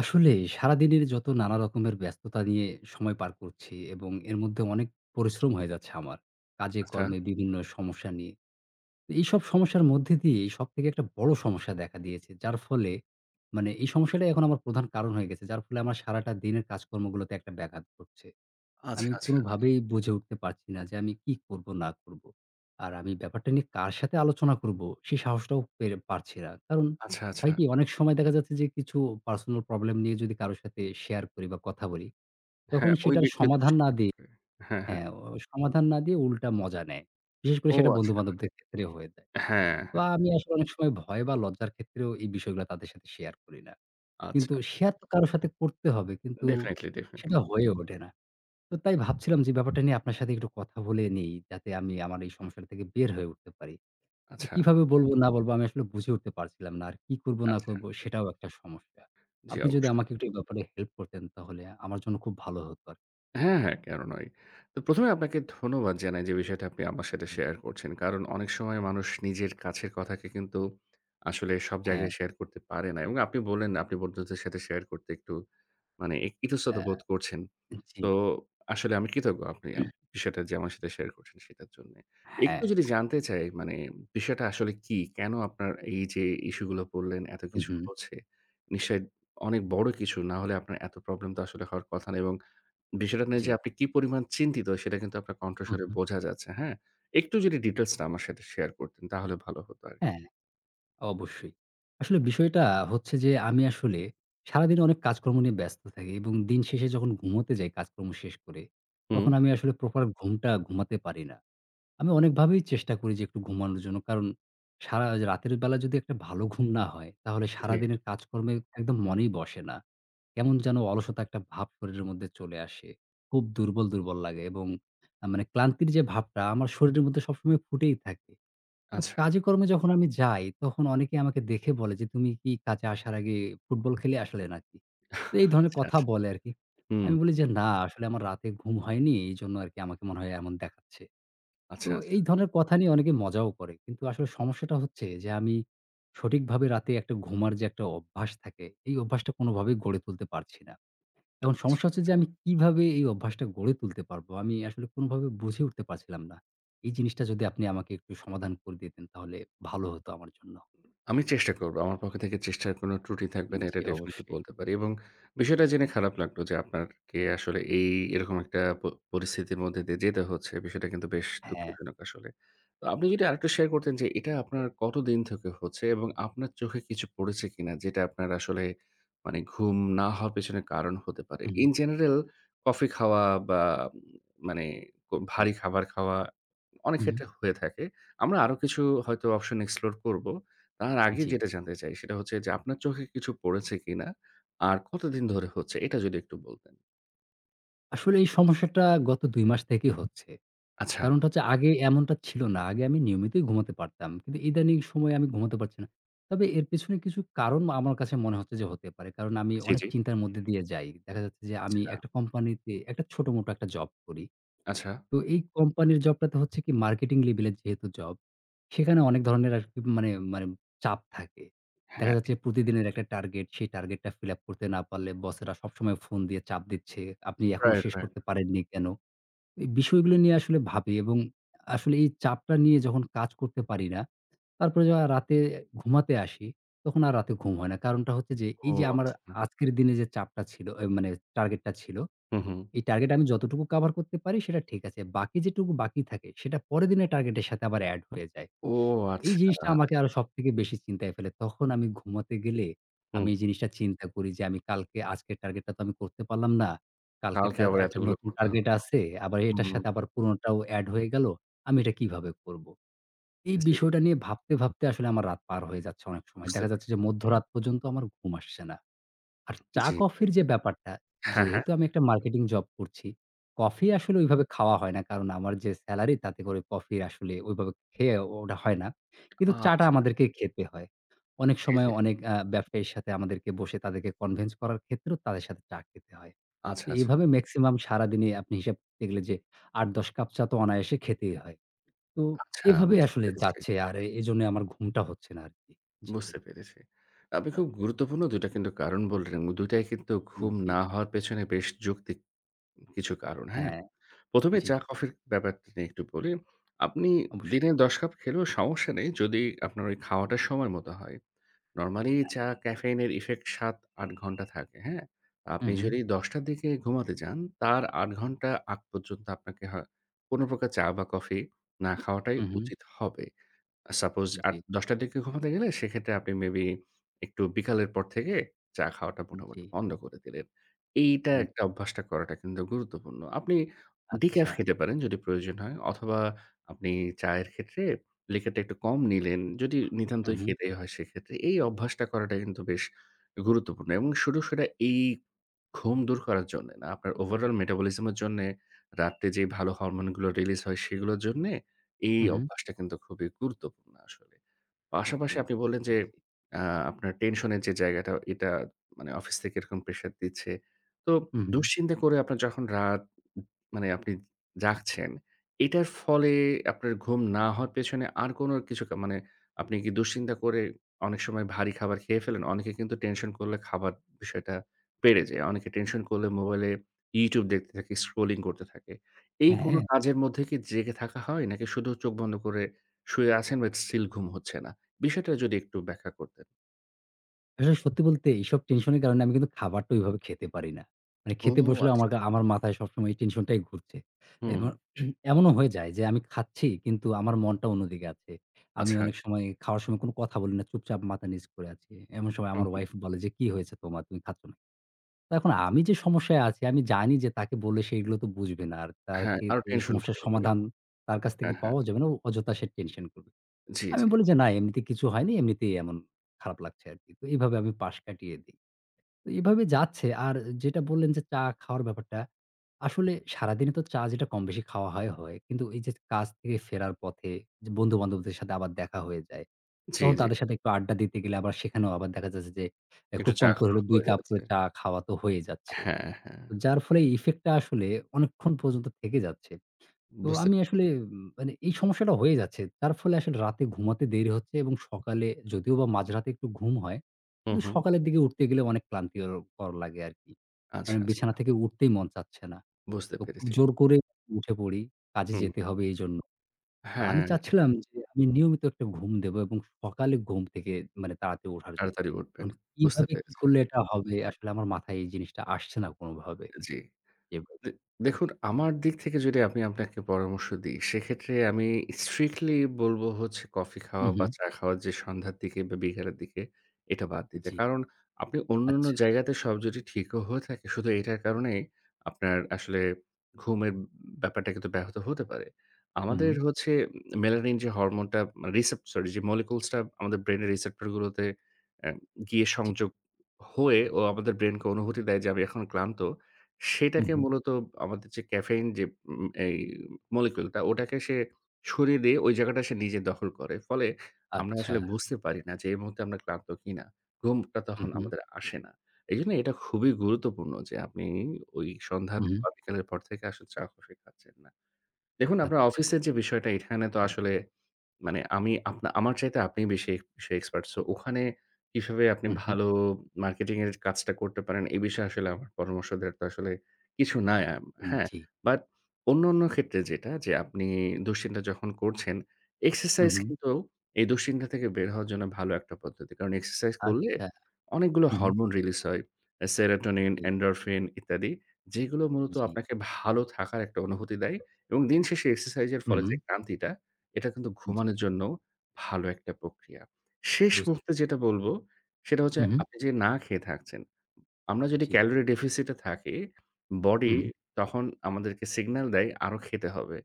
আসলে সারাদিনের যত নানা রকমের ব্যস্ততা নিয়ে সময় পার করছি এবং এর মধ্যে অনেক পরিশ্রম হয়ে যাচ্ছে আমার। কাজে আচ্ছা, কর্মে বিভিন্ন সমস্যা নিয়ে। তো এইসব সমস্যার মধ্যে দিয়ে সবথেকে একটা বড় সমস্যা দেখা দিয়েছে। যার ফলে এই সমস্যাটাই এখন আমার প্রধান কারণ হয়ে গেছে। যার ফলে আমার সারাটা দিনের কাজকর্মগুলোতে একটা ব্যাঘাত ঘটছে। আচ্ছা, আমি আচ্ছা, কোনোভাবেই বুঝে উঠতে পারছি না যে আমি কি করব না করব। আর আমি ব্যাপারটা নিয়ে কার সাথে আলোচনা করব সেই সাহসটাও পেরে পারছি না। কারণ আচ্ছা, আচ্ছা। হয় কি অনেক সময় দেখা যাচ্ছে যে কিছু পার্সোনাল প্রবলেম নিয়ে যদি কারো সাথে শেয়ার করি বা কথা বলি, তখন হ্যাঁ, ওই সেটার ব্যক্তি সমাধান না দুশ্চিন্তা দিয়ে করে। হ্যাঁ, হ্যাঁ। হ্যাঁ, সমাধান না দিয়ে উল্টা মজা নেয়। বিশেষ করে ও সেটা আচ্ছা। বন্ধু-বান্ধবদের ক্ষেত্রে হয়ে যায়। হ্যাঁ, তো হ্যাঁ। আমি আসলে অনেক সময় ভয় বা লজ্জার ক্ষেত্রেও এই বিষয়গুলা তাদের সাথে শেয়ার করি না। আচ্ছা, কিন্তু আচ্ছা। শেয়ার তো কারো সাথে করতে হবে কিন্তু ডেফিনিটলি, ডেফিনিটলি। সেটা হয়ে ওঠে না। তো তাই ভাবছিলাম যে ব্যাপারটা নিয়ে আপনার সাথে একটু কথা বলে নেই যাতে আমি আমার এই সমস্যাটা থেকে বের হয়ে উঠতে পারি। তো আচ্ছা, কিভাবে বলব না বলব আমি আসলে বুঝে উঠতে পারছিলাম না। আর কি করব না আচ্ছা। করব সেটাও একটা সমস্যা। জি, আপনি যদি অবশ্যই। আমাকে একটু এই ব্যাপারে হেল্প করতেন তাহলে আমার জন্য খুব ভালো হতো আরকি। হ্যাঁ, হ্যাঁ, কেন নয়? তো ১ম এ আপনাকে ধন্যবাদ জানাই যে বিষয়টা আপনি আমার সাথে জি, শেয়ার করছেন। কারণ অনেক সময় মানুষ নিজের কাছের কথাকে কিন্তু আসলে সব হ্যাঁ, জায়গায় শেয়ার করতে পারে না। এবং আপনি বললেন আপনি বন্ধুদের সাথে শেয়ার করতে একটু মানে ইতস্তত অ্যা বোধ করছেন। জি, তো আসলে আমি কৃতজ্ঞ আপনি বিষয়টা যে আমার সাথে শেয়ার করছেন সেটার জন্যে। একটু হ্যাঁ, যদি জানতে চাই মানে বিষয়টা আসলে কি? কেন আপনার এই যে ইস্যু গুলো বললেন এত হু, কিছু হু, হচ্ছে? নিশ্চয়ই অনেক বড় কিছু না হলে আপনার এত প্রবলেম তো আসলে হওয়ার কথা না এবং বিষয়টা নিয়ে জি, যে আপনি কি পরিমাণ চিন্তিত সেটা কিন্তু আপনার হু, কণ্ঠস্বরে হু, বোঝা যাচ্ছে, হ্যাঁ? একটু যদি ডিটেইলস টা আমার সাথে শেয়ার করতেন তাহলে ভালো হতো আরকি। হ্যাঁ। অবশ্যই। আসলে বিষয়টা হচ্ছে যে আমি আসলে সারাদিন অনেক কাজকর্ম নিয়ে ব্যস্ত থাকি এবং দিন শেষে যখন ঘুমোতে যাই কাজকর্ম শেষ করে, হুম। তখন আমি আসলে প্রপার ঘুমটা ঘুমাতে পারি না। আমি অনেকভাবেই চেষ্টা করি যে একটু ঘুমানোর জন্য। কারণ সারা রাতের বেলা যদি একটা ভালো ঘুম না হয়, তাহলে জি। সারাদিনের কাজকর্মে একদম মনেই বসে না। কেমন যেন অলসতা একটা ভাব শরীরের মধ্যে চলে আসে। খুব দুর্বল, দুর্বল লাগে এবং আ মানে ক্লান্তির যে ভাবটা আমার শরীরের মধ্যে সবসময় ফুটেই থাকে। তো আচ্ছা, কাজে কর্মে যখন আমি যাই, তখন অনেকে আমাকে দেখে বলে যে, "তুমি কি কাজে আসার আগে ফুটবল খেলে আসলে নাকি?" তো এই ধরনের আচ্ছা, কথা আচ্ছা। বলে আরকি। হুম। আমি বলি যে, "না, আসলে আমার রাতে ঘুম হয়নি। এইজন্য আরকি আমাকে মনে হয় এমন দেখাচ্ছে।" তো আচ্ছা, আচ্ছা, এই ধরনের কথা নিয়ে অনেকে মজাও করে। কিন্তু আসলে সমস্যাটা হচ্ছে যে, আমি সঠিকভাবে রাতে একটা ঘুমার যে একটা অভ্যাস থাকে, এই অভ্যাসটা কোনোভাবেই গড়ে তুলতে পারছি না। এখন আচ্ছা। সমস্যা হচ্ছে যে আমি কিভাবে এই অভ্যাসটা গড়ে তুলতে পারবো? আমি আসলে কোনভাবে বুঝে উঠতে পারছিলাম না। এই জিনিসটা যদি আপনি আমাকে একটু সমাধান করে দিতেন তাহলে ভালো হতো আমার জন্য। আমি চেষ্টা করব। আমার পক্ষ থেকে চেষ্টার কোনো ত্রুটি থাকবে না, এটা জি, ডেফিনিটলি অবশ্যই। বলতে পারি এবং বিষয়টা জেনে খারাপ লাগলো যে আপনারকে আসলে এই এরকম একটা পরিস্থিতির মধ্যে দিয়ে যেতে হচ্ছে। বিষয়টা কিন্তু বেশ হ্যাঁ। দুঃখজনক আসলে। তো আপনি যদি আরেকটু শেয়ার করতেন যে এটা আপনার কতদিন থেকে হচ্ছে এবং আপনার চোখে কিছু পড়েছে কিনা? যেটা আপনার আসলে মানে ঘুম না হওয়ার পেছনে কারণ হতে পারে? হু, হু। ইন জেনারেল কফি খাওয়া বা উম, মানে জি। ভারী খাবার খাওয়া অনেক হু, হু। ক্ষেত্রে হয়ে থাকে। আমরা আরো কিছু হয়তো অপশন এক্সপ্লোর করব। তার আগে জি। যেটা জানতে চাই সেটা হচ্ছে যে আপনার চোখে কিছু পড়েছে কিনা? আর কতদিন ধরে হচ্ছে? এটা যদি একটু বলতেন। আসলে এই সমস্যাটা গত ২ মাস থেকেই হচ্ছে। আচ্ছা। কারণটা হচ্ছে আগে এমনটা ছিল না। আগে আমি নিয়মিতই ঘুমাতে পারতাম। কিন্তু ইদানিং সময়ে আমি ঘুমাতে পারছি না। তবে এর পেছনে কিছু কারণ আমার কাছে মনে হচ্ছে যে হতে পারে। কারণ আমি জি, অনেক জি। চিন্তার মধ্যে দিয়ে যাই। দেখা যাচ্ছে যে আচ্ছা, আমি একটা কোম্পানিতে একটা ছোট মোটো একটা জব করি। আচ্ছা। তো এই কোম্পানির জবটাতে হচ্ছে কি মার্কেটিং লেভেলের যেহেতু জব, সেখানে অনেক ধরনের আরকি মানে মানে চাপ থাকে। দেখা হ্যাঁ, যাচ্ছে প্রতিদিনের একটা টার্গেট, সেই টার্গেটটা ফিল আপ করতে না পারলে বসেরা সবসময় ফোন দিয়ে চাপ দিচ্ছে। আপনি এখনো রাইট, শেষ রাইট। করতে পারেননি কেন? এই বিষয়গুলো নিয়ে আসলে ভাবি এবং আসলে এই চাপটা নিয়ে যখন কাজ করতে পারি না, তারপরে যখন রাতে ঘুমাতে আসি, তখন আর রাতে ঘুম হয় না। কারণটা হচ্ছে যে ও এই যে আমার আচ্ছা। আজকের দিনে যে চাপটা ছিল, এ মানে টার্গেটটা ছিল হুম, হুম। এই টার্গেট আমি যতটুকু কভার করতে পারি সেটা ঠিক আছে। বাকি যেটুকু বাকি থাকে সেটা পরের দিনের টার্গেটের সাথে আবার এড হয়ে যায়। ও এই জিনিসটা আচ্ছা। আমাকে আরো সবথেকে বেশি চিন্তায় ফেলে। তখন আমি ঘুমাতে গেলে হুম। আমি এই জিনিসটা চিন্তা করি যে আমি কালকে আজকের টার্গেটটা তো আমি করতে পারলাম না। কালকে কালকেরটা আবার একটা এতগুলো নতুন করতে টার্গেট হবে। আছে। আবার এটার হুম। সাথে আবার পুরোনোটাও এড হয়ে গেল। আমি এটা কিভাবে করব? এই জি, বিষয়টা নিয়ে ভাবতে, ভাবতে আসলে আমার রাত পার হয়ে যাচ্ছে অনেক সময়। বুঝতে দেখা পারি। যাচ্ছে যে মধ্যরাত পর্যন্ত আমার ঘুম আসছে না। আর চা জি। কফির যে ব্যাপারটা, হ্যাঁ, হ্যাঁ। যেহেতু আমি একটা মার্কেটিং জব করছি, কফি আসলে ওইভাবে খাওয়া হয় না। কারণ আমার যে সেলারি তাতে করে কফি আসলে ওইভাবে খেয়ে ওটা হয় না। কিন্তু চাটা আচ্ছা। আমাদেরকে খেতে হয়। অনেক জি, সময় জি। অনেক ব্যবসায়ীর সাথে আমাদেরকে বসে তাদেরকে কনভিন্স করার ক্ষেত্রেও তাদের সাথে চা খেতে হয়। আচ্ছা, তো আচ্ছা। এভাবে মেক্সিমাম সারাদিনে আপনি হিসাব করতে গেলে যে ৮-১০ কাপ চা তো অনায়াসে খেতেই হয়। তো আচ্ছা, এভাবে বুঝতে আসলে পেরেছি, যাচ্ছে আর এজন্য আমার ঘুমটা হচ্ছে না আরকি। জি ভাই। বুঝতে পেরেছি। আপনি খুব গুরুত্বপূর্ণ ২ টা কিন্তু কারণ বললেন। ২ টাই কিন্তু ঘুম জি, না হওয়ার পেছনে বেশ যৌক্তিক কিছু কারণ, হ্যাঁ? হ্যাঁ, ১ম এ জি চা-কফির ব্যাপারটা নিয়ে একটু বলি। আপনি দিনে অবশ্যই। ১০ কাপ খেলেও সমস্যা নেই যদি আপনার ওই খাওয়াটা সময় মতো হয়। নরমালি চা ক্যাফেইনের ইফেক্ট ৭-৮ ঘন্টা থাকে, হ্যাঁ? হু, আপনি হু। যদি ১০ টার দিকে ঘুমাতে যান, তার ৮ ঘন্টা আগ পর্যন্ত আপনাকে হয় কোনো প্রকার চা বা কফি না খাওয়াটাই হুম, হুম। উচিত হবে। সাপোজ জি, ৮-১০টার দিকে ঘুমাতে গেলে সেক্ষেত্রে আপনি মেবি একটু বিকালের পর থেকে চা খাওয়াটা জি। মোটামুটি বন্ধ করে দিলেন। এইটা উম একটা অভ্যাসটা করাটা কিন্তু গুরুত্বপূর্ণ। আপনি ডিক্যাফ আচ্ছা। খেতে পারেন যদি প্রয়োজন হয় অথবা আপনি চায়ের ক্ষেত্রে লিকারটা একটু কম নিলেন। যদি হু, নিতান্তই হু, খেতেই হয় সেক্ষেত্রে এই অভ্যাসটা করাটা কিন্তু বেশ গুরুত্বপূর্ণ এবং শুধু সেটা এই ঘুম দূর করার জন্যে না, আপনার ওভারঅল মেটাবলিজম এর জন্যে রাত্রে যে ভালো হরমোনগুলো রিলিজ হয় সেগুলোর জন্যে এই হু, হু। অভ্যাসটা কিন্তু খুবই গুরুত্বপূর্ণ আসলে। জি, পাশাপাশি আপনি বুঝতে বললেন যে, পেরেছি। আ আপনার টেনশনের যে জায়গাটা, এটা মানে অফিস থেকে এরকম প্রেশার দিচ্ছে। তো হু, হু। দুশ্চিন্তা করে আপনার যখন রাত মানে আপনি জাগছেন, এটার ফলে আপনার ঘুম না হওয়ার পেছনে আর কোনো কিছু মানে আপনি কি দুশ্চিন্তা করে অনেক সময় ভারী খাবার খেয়ে ফেলেন? অনেকে কিন্তু টেনশন করলে খাবার বিষয়টা বেড়ে যায়। অনেকে টেনশন করলে মোবাইলে YouTube দেখতে থাকে, স্ক্রলিং করতে থাকে। এই কোনো হ্যাঁ, কাজের মধ্যে কি জেগে থাকা হয়? নাকি শুধু চোখ বন্ধ করে শুয়ে আছেন বাট স্টিল ঘুম হচ্ছে না? বিষয়টা যদি একটু ব্যাখ্যা করতেন। আসলে সত্যি বলতে এইসব টেনশনের কারণে আমি কিন্তু খাবারটা ওইভাবে খেতে পারি না। মানে ও খেতে বসলেও আচ্ছা। আমার মাথায় সবসময় এই টেনশনটাই ঘুরছে। হুম, এবং এমনও হয়ে যায় যে আমি খাচ্ছি কিন্তু আমার মনটা অন্যদিকে আছে। আমি আচ্ছা। অনেক সময় খাওয়ার সময় কোনো কথা বলি না। চুপচাপ মাথা নিচ করে আছি। এমন সময় হুম, আমার হুম। ওয়াইফ বলে যে, "কি হয়েছে তোমার? তুমি খাচ্ছ না?" তো এখন আমি যে সমস্যায় আছি আমি জানি যে তাকে বললে সে এগুলো তো বুঝবে না। আর হ্যাঁ, তাকে আরো তো এই টেনশন সমস্যার করবে। সমাধান তার কাছ থেকে হ্যাঁ, হ্যাঁ। পাওয়া যাবে না। ও অযথা সে টেনশন করবে। জি, আমি জি। বলি যে, "না এমনিতে কিছু হয়নি, এমনিতেই এমন খারাপ লাগছে আরকি।" তো এভাবে আমি পাশ কাটিয়ে দেই। তো এভাবে যাচ্ছে। আর যেটা বললেন যে চা খাওয়ার ব্যাপারটা, আসলে সারাদিনে তো চা যেটা কম বেশি খাওয়া হয়, হয়। কিন্তু এই যে কাজ থেকে ফেরার পথে যে বন্ধু-বান্ধবদের সাথে আবার দেখা হয়ে যায়। জি, তখন জি। তাদের সাথে একটু আড্ডা দিতে গেলে আবার সেখানেও আবার দেখা যাচ্ছে যে, একটু খুব চা কম করে খাওয়া হলেও ২ হয়ে কাপ করে যাচ্ছে। চা খাওয়া তো হয়ে যাচ্ছে। হ্যাঁ, হ্যাঁ। যার ফলে ইফেক্ট টা আসলে অনেকক্ষণ পর্যন্ত থেকে যাচ্ছে। তো বুঝতে আমি আসলে পেরেছি। উম মানে এই সমস্যাটা হয়ে যাচ্ছে। তার ফলে আসলে রাতে ঘুমাতে দেরি হচ্ছে এবং সকালে যদিও বা মাঝরাতে একটু ঘুম হয়, হুম, কিন্তু হুম। সকালের দিকে উঠতে গেলে অনেক ক্লান্তিকর লাগে আরকি। আচ্ছা, মানে আচ্ছা। বিছানা থেকে উঠতেই মন চাচ্ছে না। বুঝতে তো খুব পেরেছি। জোর করে উঠে পড়ি। কাজে হুম। যেতে হবে এইজন্য। তো আমি হ্যাঁ, চাচ্ছিলাম যে আমি নিয়মিত একটা ঘুম দেব এবং সকালে ঘুম থেকে মানে তাড়াতাড়ি ওঠার জন্য। তাড়াতাড়ি উঠবেন। এখন বুঝতে কিভাবে কি পেরেছি। করলে এটা হবে আসলে আমার মাথায় এই জিনিসটা আসছে না কোনভাবে। জি। জি ভাই। দে দেখুন, আমার দিক থেকে যদি আমি আপনাকে পরামর্শ দিই, সেক্ষেত্রে আমি strictly বলব হচ্ছে কফি হু, খাওয়া হু। বা চা খাওয়া যে সন্ধ্যার দিকে বা বিকেলের দিকে, এটা বাদ দিতে। জি, কারণ আপনি অন্যান্য আচ্ছা। জায়গাতে সব যদি ঠিকও হয়ে থাকে, শুধু এটার কারণেই আপনার আসলে ঘুমের ব্যাপারটা কিন্তু ব্যাহত হতে পারে। হু, হু। আমাদের হচ্ছে মেলানিন যে হরমোনটা সরি, যে molecules টা আমাদের ব্রেইনের receptor গুলোতে অ্যা গিয়ে জি। সংযোগ হয়ে ও আমাদের ব্রেইনকে অনুভূতি দেয় যে আমি এখন ক্লান্ত। হু, সেটাকে হু। মূলত আমাদের যে ক্যাফেইন যে এই মলিকিউলটা ওটাকে সে সরিয়ে দিয়ে ওই জায়গাটা সে নিজে দখল করে। ফলে আমরা আচ্ছা। আসলে বুঝতে পারি না যে এই মুহূর্তে আমরা ক্লান্ত কিনা। ঘুমটা হু, তখন হু। আমাদের আসে না। এজন্য এটা খুবই গুরুত্বপূর্ণ যে আপনি ওই সন্ধ্যা হু, হু। বা বিকালের পর থেকে আসলে চা কফি খাচ্ছেন না। দেখুন আপনার আচ্ছা। অফিসের যে বিষয়টা এখানে তো আসলে মানে আমি আমার চাইতে আপনি বেশি বিষয়ে এক্সপার্ট। সো ওখানে কিভাবে আপনি হু, হু। ভালো মার্কেটিং এর কাজটা করতে পারেন, এই বিষয়ে আসলে আমার পরামর্শ দেওয়ার তো আসলে কিছু নাই। হ্যাঁ, জি। বাট অন্যান্য ক্ষেত্রে যেটা যে আপনি দুশ্চিন্তা যখন করছেন, হু, এক্সারসাইজ হু। কিন্তু এই দুশ্চিন্তা থেকে বের হওয়ার জন্য ভালো একটা পদ্ধতি। কারণ এক্সারসাইজ করলে আচ্ছা। অনেকগুলো হু, হু। হরমোন রিলিজ হয়। সেরোটোনিন, জি, এন্ডোরফিন ইত্যাদি। যেগুলো মূলত জি। আপনাকে ভালো থাকার একটা অনুভূতি দেয় এবং দিন শেষে এক্সারসাইজ এর হু, ফলে হু। যে ক্লান্তিটা এটা কিন্তু জি। ঘুমানোর জন্য ভালো একটা প্রক্রিয়া। শেষ বুঝতে মুহূর্তে যেটা বলব, সেটা হচ্ছে হু, হু। আপনি যে না খেয়ে থাকছেন। আমরা যদি জি। ক্যালোরি ডেফিসিট এ থাকি, হু, বডি হু। তখন আমাদেরকে সিগন্যাল দেয় আরো খেতে হবে।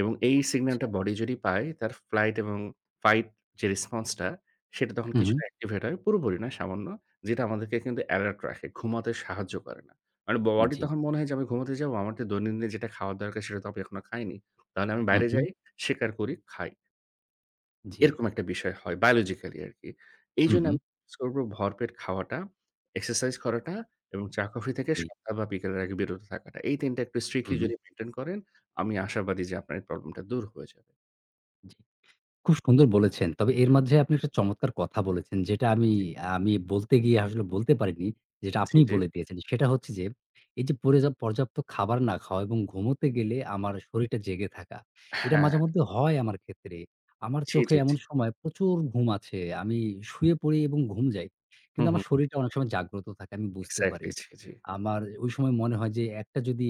এবং এই আচ্ছা। সিগন্যালটা বডি যদি পায় তার ফ্লাইট এবং ফাইট যে রেসপন্স টা সেটা তখন হু, হু। কিছুটা অ্যাক্টিভেট হয়। পুরোপুরি না সামান্য। যেটা আমাদেরকে কিন্তু অ্যালার্ট রাখে। ঘুমাতে সাহায্য করে না। মানে বডি জি। তখন মনে হয় যে আমি ঘুমাতে যাবো। আমার তো দৈনন্দিন যেটা খাওয়ার দরকার সেটা তো আমি এখনো খাইনি। তাহলে আমি হু, বাইরে হু। যাই, শিকার করি, খাই। জি। এরকম একটা বিষয় হয় বায়োলজিক্যালি আরকি। হু, এইজন্য হু। আমি করব ভরপেট খাওয়াটা, এক্সারসাইজ করাটা এবং চা-কফি থেকে জি। সন্ধ্যা বা বিকেলের আগে বিরত থাকাটা। এই ৩ টা একটু হু, স্ট্রিক্টলি হু। যদি মেইনটেইন করেন, আমি আশাবাদী যে আপনার এই প্রবলেমটা দূর হয়ে যাবে। জি। খুব সুন্দর বলেছেন। তবে এর মাঝে আপনি একটা চমৎকার কথা বলেছেন যেটা জি, আমি বলতে গিয়ে আসলে বলতে পারিনি। যেটা জি, আপনিই জি। বলে দিয়েছেন। সেটা হচ্ছে যে এই যে পর্যাপ্ত খাবার না খাওয়া এবং ঘুমোতে গেলে আমার শরীরটা জেগে থাকা। এটা হ্যাঁ, মাঝেমধ্যে হয় আমার ক্ষেত্রে। আমার জি, চোখে জি, জি। এমন সময় প্রচুর ঘুম আছে। আমি শুয়ে পড়ি এবং ঘুম যাই। হুম, কিন্তু আমার হুম। শরীরটা অনেক সময় জাগ্রত থাকে। আমি বুঝতে পারি। এক্সাক্টলি জি, জি। আমার ওই সময় মনে হয় যে একটা যদি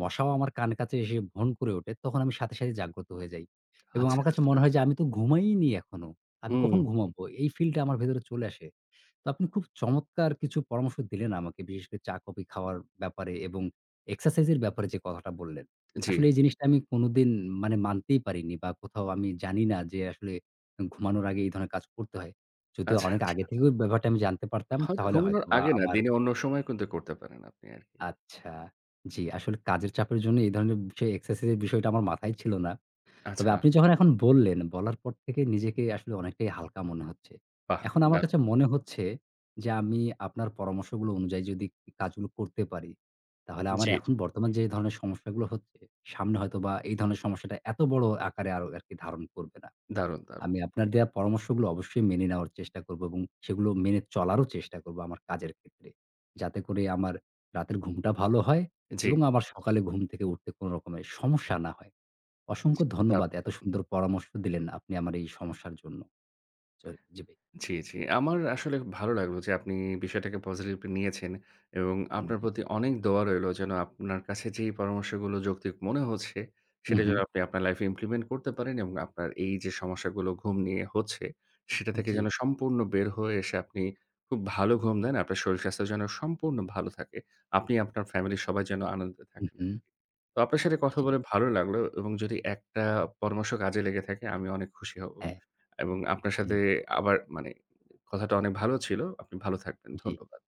মশাও আমার কান কাছে এসে ভন করে ওঠে তখন আমি সাথে, সাথে জাগ্রত হয়ে যাই। এবং আচ্ছা, আমার কাছে আচ্ছা। মনে হয় যে আমি তো ঘুমাইনি এখনো। আমি হুম, কখন ঘুমাবো? এই ফিলটা আমার ভেতরে চলে আসে। তো আপনি খুব চমৎকার কিছু পরামর্শ দিলেন আমাকে। বিশেষ করে চা কফি খাওয়ার ব্যাপারে এবং এক্সারসাইজ এর ব্যাপারে যে কথাটা বললেন। জি। আসলে এই জিনিসটা আমি কোনোদিন মানতেই পারিনি বা কোথাও আমি জানি না যে আসলে ঘুমানোর আগে এই ধরনের কাজ করতে হয়। যদিও আচ্ছা, অনেক আচ্ছা। আগে থেকেও ব্যাপারটা আমি জানতে পারতাম হয়তো তাহলে ঘুমানোর হয়তোবা আগে না, আমার দিনে অন্য সময় কিন্তু করতে পারেন আপনি আরকি। আচ্ছা। জি, আসলে কাজের চাপের জন্য এই ধরনের বিষয় এক্সারসাইজ এর বিষয়টা আমার মাথায় ছিল না। আচ্ছা, তবে আপনি যখন এখন বললেন, বলার পর থেকে নিজেকে আসলে অনেকটাই হালকা মনে হচ্ছে। বাহ! এখন আমার দারুণ। কাছে মনে হচ্ছে যে, আমি আপনার পরামর্শগুলো অনুযায়ী যদি কাজগুলো করতে পারি, তাহলে আমার জি, জি। এখন বর্তমান যে ধরনের সমস্যাগুলো হচ্ছে, সামনে হয়তোবা এই ধরনের সমস্যাটা এত বড় আকারে আরো আরকি ধারণ করবে না। দারুণ, দারুণ। আমি আপনার দেয়া পরামর্শগুলো অবশ্যই মেনে নেওয়ার চেষ্টা করব এবং সেগুলো মেনে চলারও চেষ্টা করব আমার কাজের ক্ষেত্রে। যাতে করে আমার রাতের ঘুমটা ভালো হয় জি, এবং আমার সকালে ঘুম থেকে উঠতে কোনো রকমের সমস্যা না হয়। জি। অসংখ্য দারুণ। ধন্যবাদ। এত সুন্দর পরামর্শ দিলেন আপনি আমার এই সমস্যার জন্য। জি, ভাই। জি, জি। আমার আসলে ভালো লাগলো যে আপনি বিষয়টাকে পজিটিভলি নিয়েছেন এবং আপনার জি। প্রতি অনেক দোয়া রইলো যেন আপনার কাছে যেই পরামর্শগুলো যৌক্তিক মনে হচ্ছে, হু, সেটা হু। যেন আপনি আপনার লাইফে ইমপ্লিমেন্ট করতে পারেন এবং আপনার এই যে সমস্যাগুলো ঘুম নিয়ে হচ্ছে, সেটা থেকে জি। যেন সম্পূর্ণ বের হয়ে এসে আপনি খুব ভালো ঘুম দেন। আপনার শরীর স্বাস্থ্য যেন সম্পূর্ণ ভালো থাকে। আপনি আপনার ফ্যামিলির সবাই যেন আনন্দে হু, থাকেন হু। আরকি। তো আপনার সাথে কথা জি, বলে ভালো লাগলো এবং যদি একটা পরামর্শ কাজে লেগে থাকে আমি অনেক খুশি হব। হ্যাঁ, এবং আপনার জি, সাথে আবার মানে কথাটা অনেক ভালো ছিল। আপনি ভালো থাকবেন। জি। ধন্যবাদ।